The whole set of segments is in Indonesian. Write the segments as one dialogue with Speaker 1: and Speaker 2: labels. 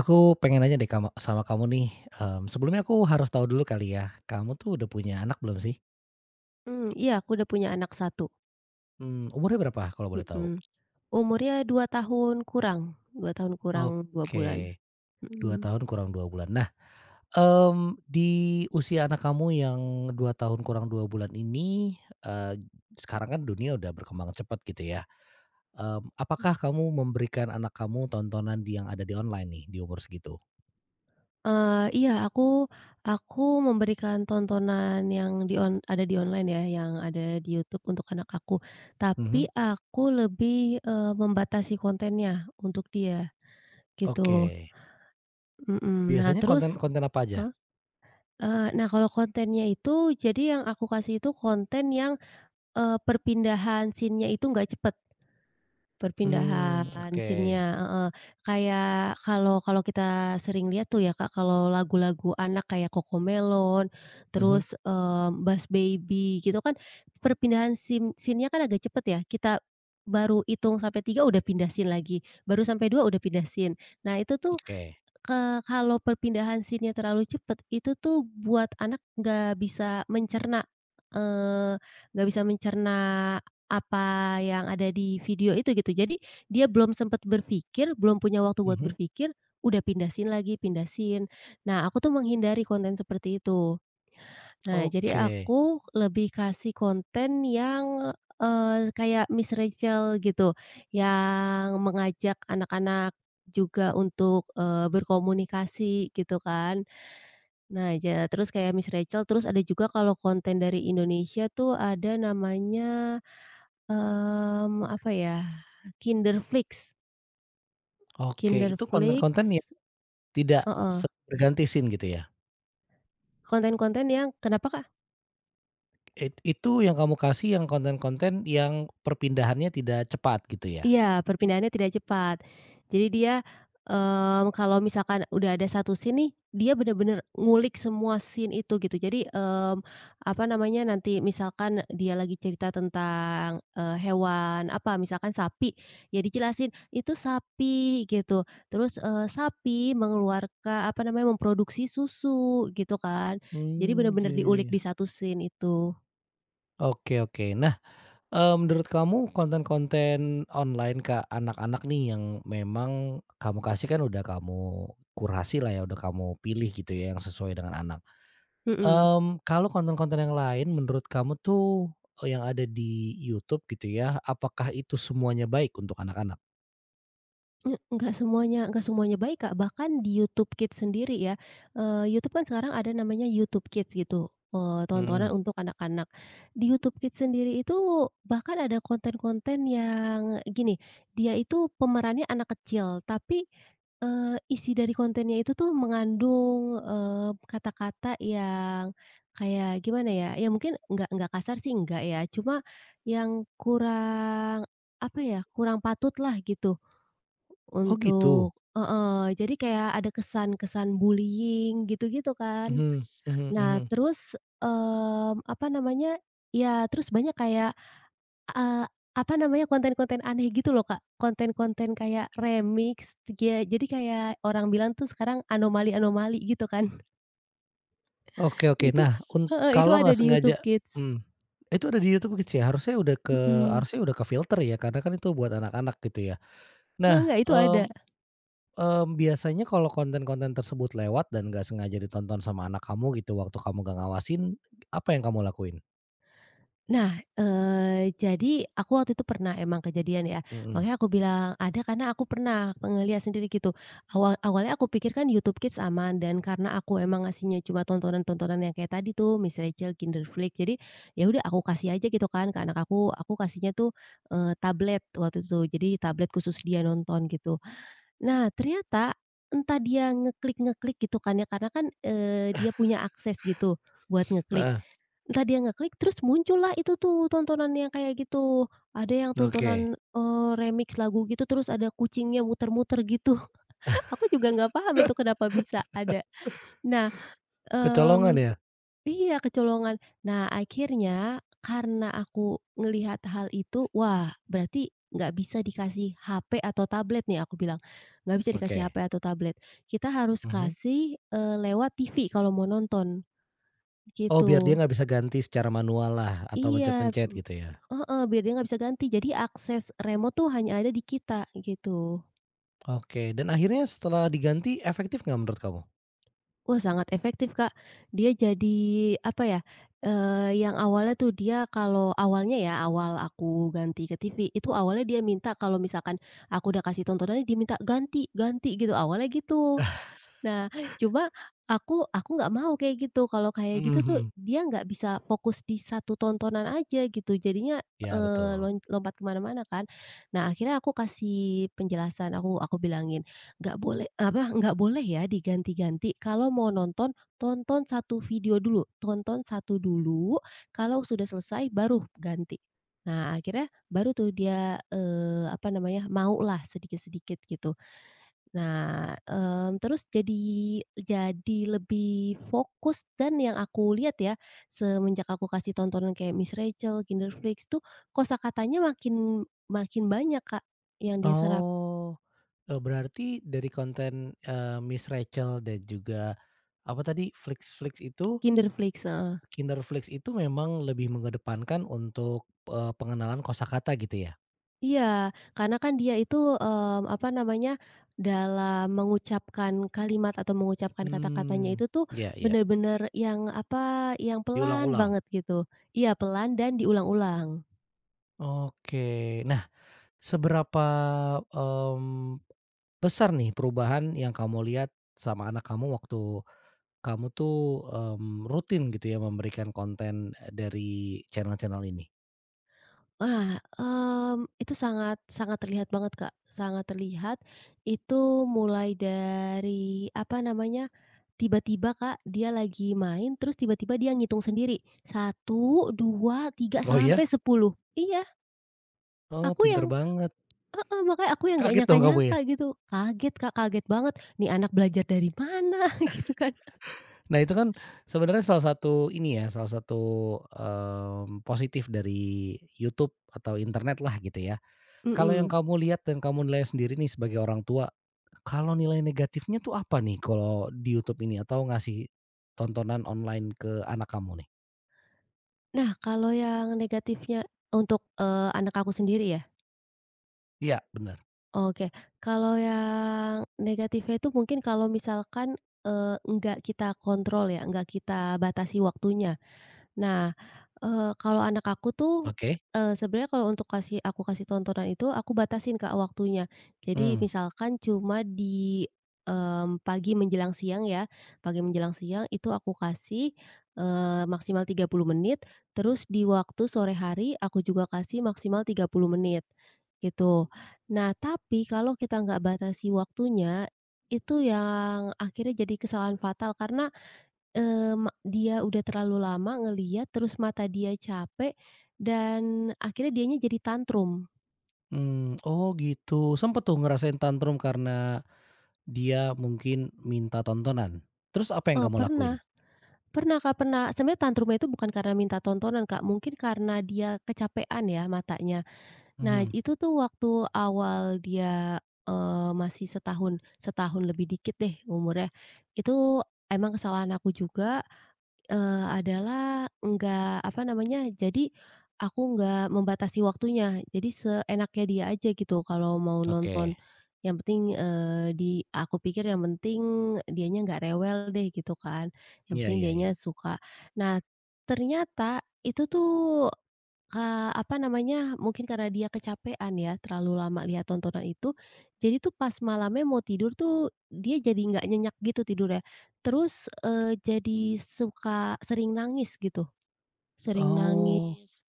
Speaker 1: Aku pengen nanya deh sama kamu nih, sebelumnya aku harus tahu dulu kali ya, kamu tuh udah punya anak belum sih?
Speaker 2: Iya aku udah punya anak satu.
Speaker 1: Umurnya berapa kalau boleh tahu?
Speaker 2: Mhm. Umurnya 2 tahun kurang, 2 tahun kurang 2 bulan.
Speaker 1: Oke, dua
Speaker 2: Mhm.
Speaker 1: tahun kurang 2 bulan. Nah, di usia anak kamu yang 2 tahun kurang 2 bulan ini, eee, sekarang kan dunia udah berkembang cepat gitu ya, apakah kamu memberikan anak kamu tontonan di yang ada di online nih di umur segitu?
Speaker 2: Iya aku memberikan tontonan yang di on ada di online ya, yang ada di YouTube untuk anak aku.
Speaker 1: Mhm,
Speaker 2: Tapi aku lebih, membatasi kontennya untuk dia, gitu.
Speaker 1: oke.
Speaker 2: Mhm. Nah
Speaker 1: Biasanya konten
Speaker 2: terus,
Speaker 1: konten apa aja?
Speaker 2: heeh? Nah, kalau kontennya itu jadi yang aku kasih itu konten yang, perpindahan scene-nya itu nggak cepet.
Speaker 1: Hmm.
Speaker 2: Perpindahan
Speaker 1: Oke.
Speaker 2: scene-nya, heeh. Kayak, kalau kalau kita sering lihat tuh ya, Kak, kalau lagu-lagu anak kayak Cocomelon,
Speaker 1: Mhm,
Speaker 2: terus, Boss Baby gitu kan, perpindahan scene-nya kan agak cepet ya, kita baru hitung sampai 3 udah pindah scene lagi, baru sampai 2 udah pindah scene. Nah itu tuh,
Speaker 1: oke.
Speaker 2: Kalau perpindahan scene-nya terlalu cepat, itu tuh buat anak nggak bisa mencerna, eee, nggak bisa mencerna apa yang ada di video itu gitu. Jadi dia belum sempet berpikir, belum punya waktu buat
Speaker 1: Mhm,
Speaker 2: berpikir, udah pindah scene lagi, pindah scene. Nah, aku tuh menghindari konten seperti itu. Nah, jadi
Speaker 1: oke,
Speaker 2: aku lebih kasih konten yang, kayak Miss Rachel gitu, yang mengajak anak-anak juga untuk, berkomunikasi gitu kan. Nah, terus kayak Miss Rachel, terus ada juga kalau konten dari Indonesia tuh ada namanya, apa ya, Kinderflix.
Speaker 1: oke. Itu konten-konten
Speaker 2: Kinderflix.
Speaker 1: yang tidak
Speaker 2: Heeh,
Speaker 1: berganti scene gitu ya?
Speaker 2: konten-konten yang kenapa, Kak?
Speaker 1: Itu yang kamu kasih yang konten-konten yang perpindahannya tidak cepat gitu ya?
Speaker 2: Iya, perpindahannya tidak cepat. Jadi dia, kalau misalkan udah ada satu scene nih, dia bener-bener ngulik semua scene itu gitu. Jadi, apa namanya, nanti misalkan dia lagi cerita tentang, hewan apa, misalkan sapi, ya dijelasin, "Itu sapi," gitu. Terus, "Sapi mengeluarkan apa namanya, memproduksi susu," gitu kan. Jadi
Speaker 1: Hmm.
Speaker 2: bener-bener
Speaker 1: Iya, iya,
Speaker 2: diulik
Speaker 1: iya.
Speaker 2: di satu scene itu.
Speaker 1: Oke, oke. Nah, menurut kamu konten-konten online ke anak-anak nih yang memang kamu kasih kan udah kamu kurasi lah ya, udah kamu pilih gitu ya yang sesuai dengan anak.
Speaker 2: Mhm.
Speaker 1: Kalau konten-konten yang lain menurut kamu tuh, yang ada di YouTube gitu ya, apakah itu semuanya baik untuk anak-anak?
Speaker 2: Nye enggak semuanya Nggak semuanya baik, Kak. Bahkan di YouTube Kids sendiri ya, YouTube kan sekarang ada namanya YouTube Kids gitu, tontonan
Speaker 1: Mhm.
Speaker 2: untuk anak-anak. Di YouTube Kids sendiri itu bahkan ada konten-konten yang gini, dia itu pemerannya anak kecil, tapi, isi dari kontennya itu tuh mengandung, kata-kata yang kayak gimana ya, ya mungkin nggak kasar sih nggak ya, cuma yang kurang, apa ya, kurang patutlah gitu.
Speaker 1: Oh gitu?
Speaker 2: Heeh, jadi kayak ada kesan-kesan bullying gitu-gitu kan.
Speaker 1: Mhm, mhm,
Speaker 2: Nah
Speaker 1: mhm.
Speaker 2: terus, apa namanya, ya terus banyak kayak, eee, apa namanya, konten-konten aneh gitu loh, Kak, konten-konten kayak remix, jadi kayak orang bilang tuh sekarang anomali-anomali gitu kan.
Speaker 1: Oke, oke.
Speaker 2: Itu
Speaker 1: Nah,
Speaker 2: heeh, itu
Speaker 1: kalau
Speaker 2: ada
Speaker 1: nggak
Speaker 2: di YouTube
Speaker 1: sengaja,
Speaker 2: Kids.
Speaker 1: mhm. Itu ada di YouTube Kids ya? Harusnya udah ke
Speaker 2: Mhm.
Speaker 1: harusnya udah ke-filter ya, karena kan itu buat anak-anak gitu ya.
Speaker 2: Heeh,
Speaker 1: Nah,
Speaker 2: enggak, itu ada.
Speaker 1: biasanya kalau konten-konten tersebut lewat dan nggak sengaja ditonton sama anak kamu gitu, waktu kamu nggak ngawasin, apa yang kamu lakuin?
Speaker 2: Nah, jadi aku waktu itu pernah emang kejadian ya,
Speaker 1: Mhm.
Speaker 2: makanya aku bilang ada karena aku pernah ngelihat sendiri gitu. Awal awalnya aku pikir kan YouTube Kids aman, dan karena aku emang ngasihnya cuma tontonan-tontonan yang kayak tadi tuh, Miss Rachel, Kinderflick, jadi ya udah aku kasih aja gitu kan ke anak aku kasihnya tuh, tablet waktu itu, jadi tablet khusus dia nonton gitu. Nah, ternyata entah dia ngeklik-ngeklik gitu kan ya, karena kan, dia punya akses gitu buat ngeklik.
Speaker 1: Heeh,
Speaker 2: Entah dia ngeklik terus muncullah itu tuh tontonan yang kayak gitu. Ada yang
Speaker 1: oke.
Speaker 2: tontonan, remix lagu gitu, terus ada kucingnya muter-muter gitu. Aku juga nggak paham itu kenapa bisa ada. Nah,
Speaker 1: Kecolongan
Speaker 2: mmm
Speaker 1: ya?
Speaker 2: iya, kecolongan. Nah, akhirnya karena aku ngelihat hal itu, wah berarti nggak bisa dikasih HP atau tablet nih aku bilang, nggak bisa dikasih HP
Speaker 1: Oke,
Speaker 2: atau tablet. Kita harus
Speaker 1: mhm.
Speaker 2: kasih, lewat TV kalau mau nonton,
Speaker 1: Oh, biar dia
Speaker 2: gitu.
Speaker 1: nggak bisa ganti secara manual lah atau
Speaker 2: Iya,
Speaker 1: mencet-mencet gitu ya?
Speaker 2: heeh, biar dia nggak bisa ganti. Jadi akses remote tuh hanya ada di kita, gitu.
Speaker 1: Oke, dan akhirnya setelah diganti efektif nggak menurut kamu?
Speaker 2: Wah, sangat efektif, Kak. Dia jadi apa ya, yang awalnya tuh dia kalau awalnya ya, awal aku ganti ke TV, itu awalnya dia minta kalau misalkan aku udah kasih tontonannya, dia minta ganti ganti gitu, awalnya gitu. Nah, cuma aku nggak mau kayak gitu, kalau kayak
Speaker 1: Mhm,
Speaker 2: gitu tuh
Speaker 1: mhm,
Speaker 2: dia nggak bisa fokus di satu tontonan aja gitu, jadinya,
Speaker 1: iya betul.
Speaker 2: lompat kemana mana kan. Nah, akhirnya aku kasih penjelasan, aku bilangin, "Nggak boleh apa, nggak boleh ya diganti-ganti, kalau mau nonton, tonton satu video dulu, tonton satu dulu, kalau sudah selesai baru ganti." Nah, akhirnya baru tuh dia, apa namanya, maulah sedikit-sedikit gitu. Nah, terus jadi lebih fokus, dan yang aku lihat ya, semenjak aku kasih tontonan kayak Miss Rachel, Kinderflix tuh kosakatanya makin makin banyak, Kak, yang dia serap.
Speaker 1: Oh, berarti dari konten, Miss Rachel dan juga apa tadi, Flix-Flix itu
Speaker 2: Kinderflix, heeh.
Speaker 1: Kinderflix itu memang lebih mengedepankan untuk, pengenalan kosakata gitu ya?
Speaker 2: Iya, karena kan dia itu, apa namanya, dalam mengucapkan kalimat atau mengucapkan kata-katanya
Speaker 1: Mmm,
Speaker 2: itu tuh
Speaker 1: iya, iya.
Speaker 2: bener-bener yang, apa, yang pelan
Speaker 1: Diulang-ulang?
Speaker 2: banget gitu. Iya, pelan dan diulang-ulang.
Speaker 1: Oke. Nah, seberapa, mmm, besar nih perubahan yang kamu lihat sama anak kamu waktu kamu tuh, rutin gitu ya memberikan konten, dari channel-channel ini?
Speaker 2: Nah, itu sangat sangat terlihat banget, Kak, sangat terlihat. Itu mulai dari, apa namanya, tiba-tiba, Kak, dia lagi main, terus tiba-tiba dia ngitung sendiri, satu 2 3
Speaker 1: Oh iya.
Speaker 2: sampai sepuluh. Iya,
Speaker 1: Oh,
Speaker 2: aku
Speaker 1: pinter
Speaker 2: yang
Speaker 1: banget.
Speaker 2: heeh, makanya aku yang nggak
Speaker 1: Kaget dong kamu
Speaker 2: nyangka-nyangka
Speaker 1: ya?
Speaker 2: gitu. Kaget, Kak, kaget banget, "Nih anak belajar dari mana?" Gitu kan.
Speaker 1: Nah, itu kan sebenarnya salah satu ini ya, salah satu, positif dari YouTube atau internet lah gitu ya. Kalau
Speaker 2: Mhm.
Speaker 1: yang kamu lihat dan kamu nilai sendiri nih sebagai orang tua, kalau nilai negatifnya tuh apa nih kalau di YouTube ini atau ngasih tontonan online ke anak kamu nih?
Speaker 2: Nah, kalau yang negatifnya untuk, anak aku sendiri ya.
Speaker 1: Iya, bener.
Speaker 2: Oke, kalau yang negatifnya itu mungkin kalau misalkan, enggak kita kontrol ya, nggak kita batasi waktunya. Nah, kalau anak aku tuh,
Speaker 1: Oke.
Speaker 2: sebenarnya kalau untuk kasih aku kasih tontonan itu aku batasin, Kak, waktunya. Jadi
Speaker 1: Mmm,
Speaker 2: misalkan cuma di, pagi menjelang siang ya, pagi menjelang siang itu aku kasih, maksimal 30 menit, terus di waktu sore hari aku juga kasih maksimal 30 menit, gitu. Nah tapi kalau kita nggak batasi waktunya, itu yang akhirnya jadi kesalahan fatal karena Eee, ma dia udah terlalu lama ngelihat, terus mata dia capek, dan akhirnya dianya jadi tantrum.
Speaker 1: oh gitu, sempet tuh ngerasain tantrum karena dia mungkin minta tontonan? Terus apa yang
Speaker 2: Oh,
Speaker 1: kamu
Speaker 2: pernah
Speaker 1: lakuin?
Speaker 2: pernah, Kak, pernah. Sebenarnya tantrumnya itu bukan karena minta tontonan, Kak, mungkin karena dia kecapean ya matanya. Nah,
Speaker 1: Mhm,
Speaker 2: itu tuh waktu awal dia, masih setahun setahun lebih dikit deh umurnya. Itu emang kesalahan aku juga, adalah nggak apa namanya, jadi aku nggak membatasi waktunya. Jadi seenaknya dia aja gitu kalau mau
Speaker 1: oke.
Speaker 2: nonton. Yang penting, eee, di aku pikir yang penting dianya nggak rewel deh gitu kan, yang
Speaker 1: Iya,
Speaker 2: penting
Speaker 1: iya, iya.
Speaker 2: dianya suka. Nah, ternyata itu tuh, apa namanya, mungkin karena dia kecapean ya, terlalu lama lihat tontonan itu, jadi tuh pas malamnya mau tidur tuh, dia jadi nggak nyenyak gitu tidurnya. Terus, jadi suka sering nangis gitu, sering
Speaker 1: Oh,
Speaker 2: nangis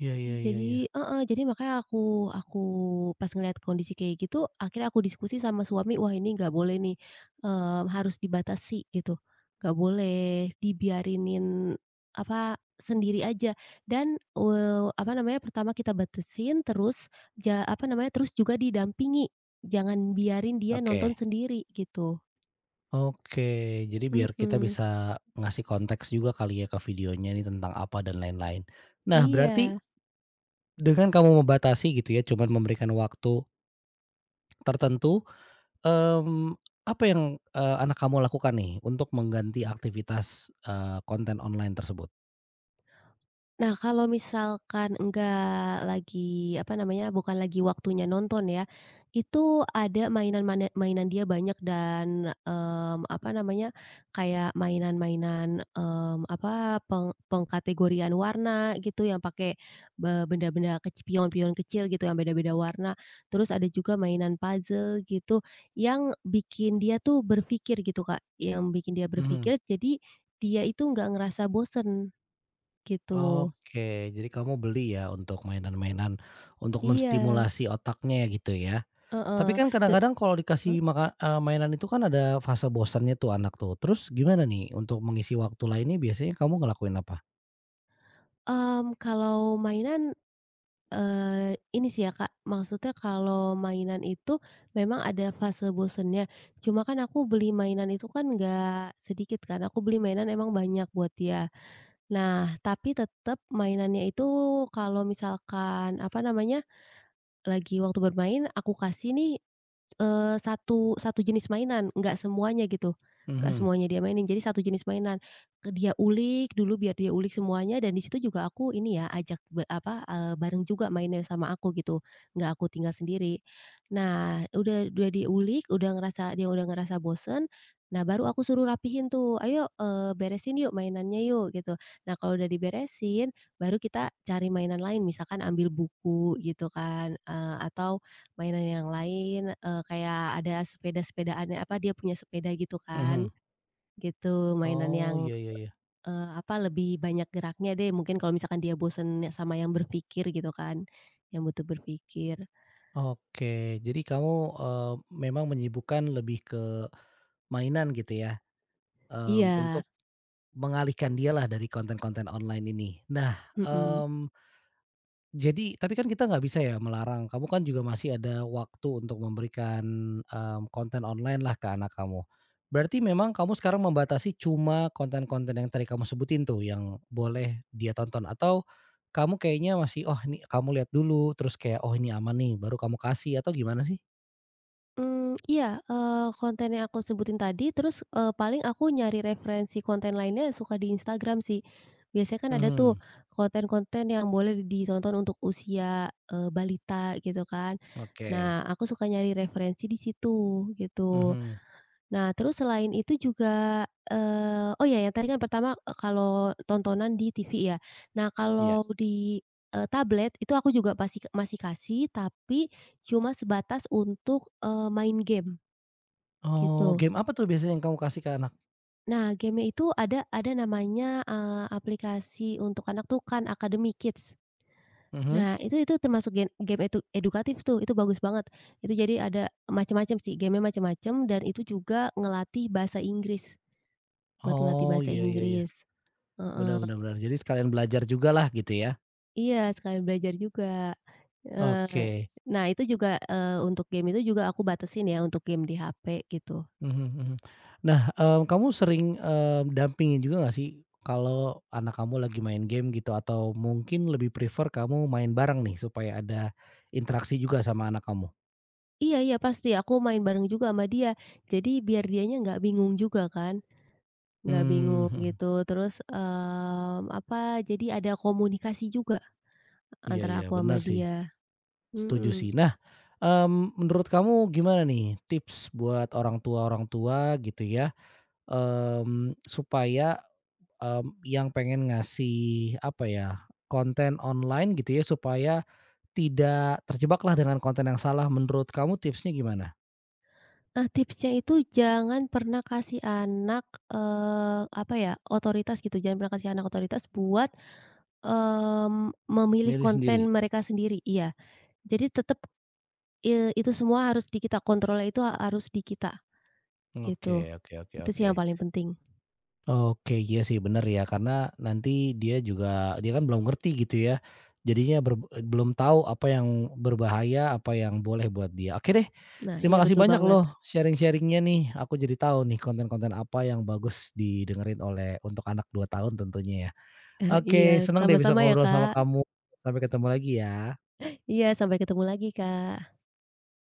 Speaker 1: iya, iya, iya,
Speaker 2: jadi
Speaker 1: iya.
Speaker 2: heeh, jadi makanya aku pas ngelihat kondisi kayak gitu, akhirnya aku diskusi sama suami, "Wah ini nggak boleh nih, harus dibatasi," gitu. "Nggak boleh dibiarinin, apa, sendiri aja." Dan, apa namanya, pertama kita batasin, terus apa namanya, terus juga didampingi. Jangan biarin dia nonton
Speaker 1: Oke.
Speaker 2: sendiri, gitu.
Speaker 1: Oke, jadi biar kita
Speaker 2: Mhm,
Speaker 1: bisa ngasih konteks juga kali ya ke videonya ini tentang apa dan lain-lain. Nah, berarti
Speaker 2: iya.
Speaker 1: dengan kamu membatasi gitu ya, cuman memberikan waktu tertentu, mmm, apa yang, anak kamu lakukan nih untuk mengganti aktivitas, konten online tersebut?
Speaker 2: Nah, kalau misalkan enggak lagi, apa namanya, bukan lagi waktunya nonton ya, itu ada mainan dia banyak, dan, apa namanya, kayak mainan-mainan, apa, pengkategorian warna gitu yang pakai benda-benda pion-pion kecil gitu yang beda-beda warna. Terus ada juga mainan puzzle gitu yang bikin dia tuh berpikir gitu, Kak, yang bikin dia
Speaker 1: Mhm.
Speaker 2: berpikir jadi dia itu nggak ngerasa bosen, gitu.
Speaker 1: Oke, jadi kamu beli ya untuk mainan-mainan untuk
Speaker 2: Iya,
Speaker 1: menstimulasi otaknya ya gitu ya? Tapi
Speaker 2: heeh.
Speaker 1: kan
Speaker 2: te
Speaker 1: kadang-kadang kalau
Speaker 2: Mmm.
Speaker 1: dikasih mainan itu kan ada fase bosannya tuh anak tuh. Terus gimana nih untuk mengisi waktu lainnya biasanya kamu ngelakuin apa?
Speaker 2: Kalau mainan, ini sih ya, Kak, maksudnya kalau mainan itu memang ada fase bosennya, cuma kan aku beli mainan itu kan nggak sedikit kan, aku beli mainan emang banyak buat dia. Nah, tapi tetep mainannya itu kalau misalkan, apa namanya, lagi waktu bermain aku kasih nih, satu satu jenis mainan, nggak semuanya gitu, nggak
Speaker 1: Mhm,
Speaker 2: semuanya dia mainin, jadi satu jenis mainan. Dia ulik dulu, biar dia ulik semuanya dan di situ juga aku ini ya, ajak apa, bareng juga mainnya sama aku gitu, nggak aku tinggal sendiri. Nah, udah diulik, udah ngerasa dia udah ngerasa bosen, nah baru aku suruh rapihin tuh, "Ayo, beresin yuk mainannya yuk," gitu. Nah kalau udah diberesin, baru kita cari mainan lain, misalkan ambil buku gitu kan, atau mainan yang lain, kayak ada sepeda-sepedaannya apa, dia punya sepeda gitu kan,
Speaker 1: mhm.
Speaker 2: gitu. Mainan
Speaker 1: Oh,
Speaker 2: yang,
Speaker 1: iya, iya, iya.
Speaker 2: apa, lebih banyak geraknya deh, mungkin kalau misalkan dia bosen sama yang berpikir gitu kan, yang butuh berpikir.
Speaker 1: Oke, jadi kamu, eee, memang menyibukkan lebih ke mainan gitu ya,
Speaker 2: Iya,
Speaker 1: untuk mengalihkan dialah dari konten-konten online ini. Nah,
Speaker 2: mhm.
Speaker 1: mmm jadi tapi kan kita nggak bisa ya melarang, kamu kan juga masih ada waktu untuk memberikan, konten online lah ke anak kamu. Berarti memang kamu sekarang membatasi cuma konten-konten yang tadi kamu sebutin tuh yang boleh dia tonton atau kamu kayaknya masih, "Oh ini" kamu lihat dulu terus kayak, "Oh ini aman nih," baru kamu kasih atau gimana sih?
Speaker 2: Iya, konten yang aku sebutin tadi, terus, paling aku nyari referensi konten lainnya suka di Instagram sih. Biasanya kan ada tuh
Speaker 1: Mhm,
Speaker 2: konten-konten yang boleh ditonton untuk usia, balita gitu kan.
Speaker 1: oke,
Speaker 2: Nah, aku suka nyari referensi di situ, gitu.
Speaker 1: mhm,
Speaker 2: Nah, terus selain itu juga, oh ya yang tadi kan pertama, kalau tontonan di TV ya. Nah,
Speaker 1: iya.
Speaker 2: kalau di, tablet itu aku juga masih kasih, tapi cuma sebatas untuk, main game,
Speaker 1: Oh,
Speaker 2: gitu.
Speaker 1: game apa tuh biasanya yang kamu kasih ke anak?
Speaker 2: Nah, game-nya itu ada namanya, aplikasi untuk anak tuh Khan Academy Kids.
Speaker 1: Mhm.
Speaker 2: Nah, itu termasuk game edukatif tuh, itu bagus banget. Itu jadi ada macam-macam sih, game-nya macam-macam dan itu juga ngelatih bahasa Inggris. Buat ngelatih
Speaker 1: Oh,
Speaker 2: bahasa
Speaker 1: iya, iya, iya.
Speaker 2: Inggris,
Speaker 1: Benar,
Speaker 2: heeh.
Speaker 1: benar, benar. Jadi sekalian belajar juga lah gitu ya?
Speaker 2: Iya, sekalian belajar juga, eee,
Speaker 1: Oke.
Speaker 2: nah itu juga, untuk game itu juga aku batasin ya untuk game di HP gitu.
Speaker 1: Mhm, mhm. Nah, kamu sering, dampingin juga nggak sih kalau anak kamu lagi main game gitu atau mungkin lebih prefer kamu main bareng nih supaya ada interaksi juga sama anak kamu?
Speaker 2: Iya iya pasti, aku main bareng juga sama dia. Jadi biar dianya nggak bingung juga kan, nggak
Speaker 1: Hmm,
Speaker 2: bingung
Speaker 1: mhm.
Speaker 2: gitu. Terus, apa, jadi ada komunikasi juga
Speaker 1: Iya,
Speaker 2: antara
Speaker 1: iya,
Speaker 2: aku sama
Speaker 1: bener sih.
Speaker 2: dia,
Speaker 1: Setuju
Speaker 2: mhm.
Speaker 1: sih. Nah, menurut kamu gimana nih tips buat orang tua-orang tua gitu ya, supaya, yang pengen ngasih apa ya, konten online gitu ya supaya tidak terjebaklah dengan konten yang salah, menurut kamu tipsnya gimana?
Speaker 2: Nah tipsnya itu jangan pernah kasih anak, apa ya, otoritas gitu, jangan pernah kasih anak otoritas buat memilih
Speaker 1: Milih sendiri?
Speaker 2: konten mereka sendiri, iya. Jadi tetep, itu semua harus di kita, kontrolnya itu harus di kita,
Speaker 1: Oke,
Speaker 2: gitu.
Speaker 1: oke, oke,
Speaker 2: Itu
Speaker 1: oke.
Speaker 2: sih yang paling penting.
Speaker 1: Oke, iya sih bener ya, karena nanti dia juga dia kan belum ngerti gitu ya, jadinya belum tahu apa yang berbahaya, apa yang boleh buat dia. Oke deh,
Speaker 2: Nah,
Speaker 1: terima
Speaker 2: iya
Speaker 1: kasih
Speaker 2: betul
Speaker 1: banyak
Speaker 2: banget.
Speaker 1: loh sharing sharing nih, aku jadi tahu nih konten-konten apa yang bagus didengerin untuk anak 2 tahun tentunya ya. Oke,
Speaker 2: Iya,
Speaker 1: senang deh bisa
Speaker 2: sama-sama ya,
Speaker 1: ngobrol sama
Speaker 2: Kak.
Speaker 1: kamu, sampai ketemu lagi ya.
Speaker 2: Iya, sampai ketemu lagi, Kak.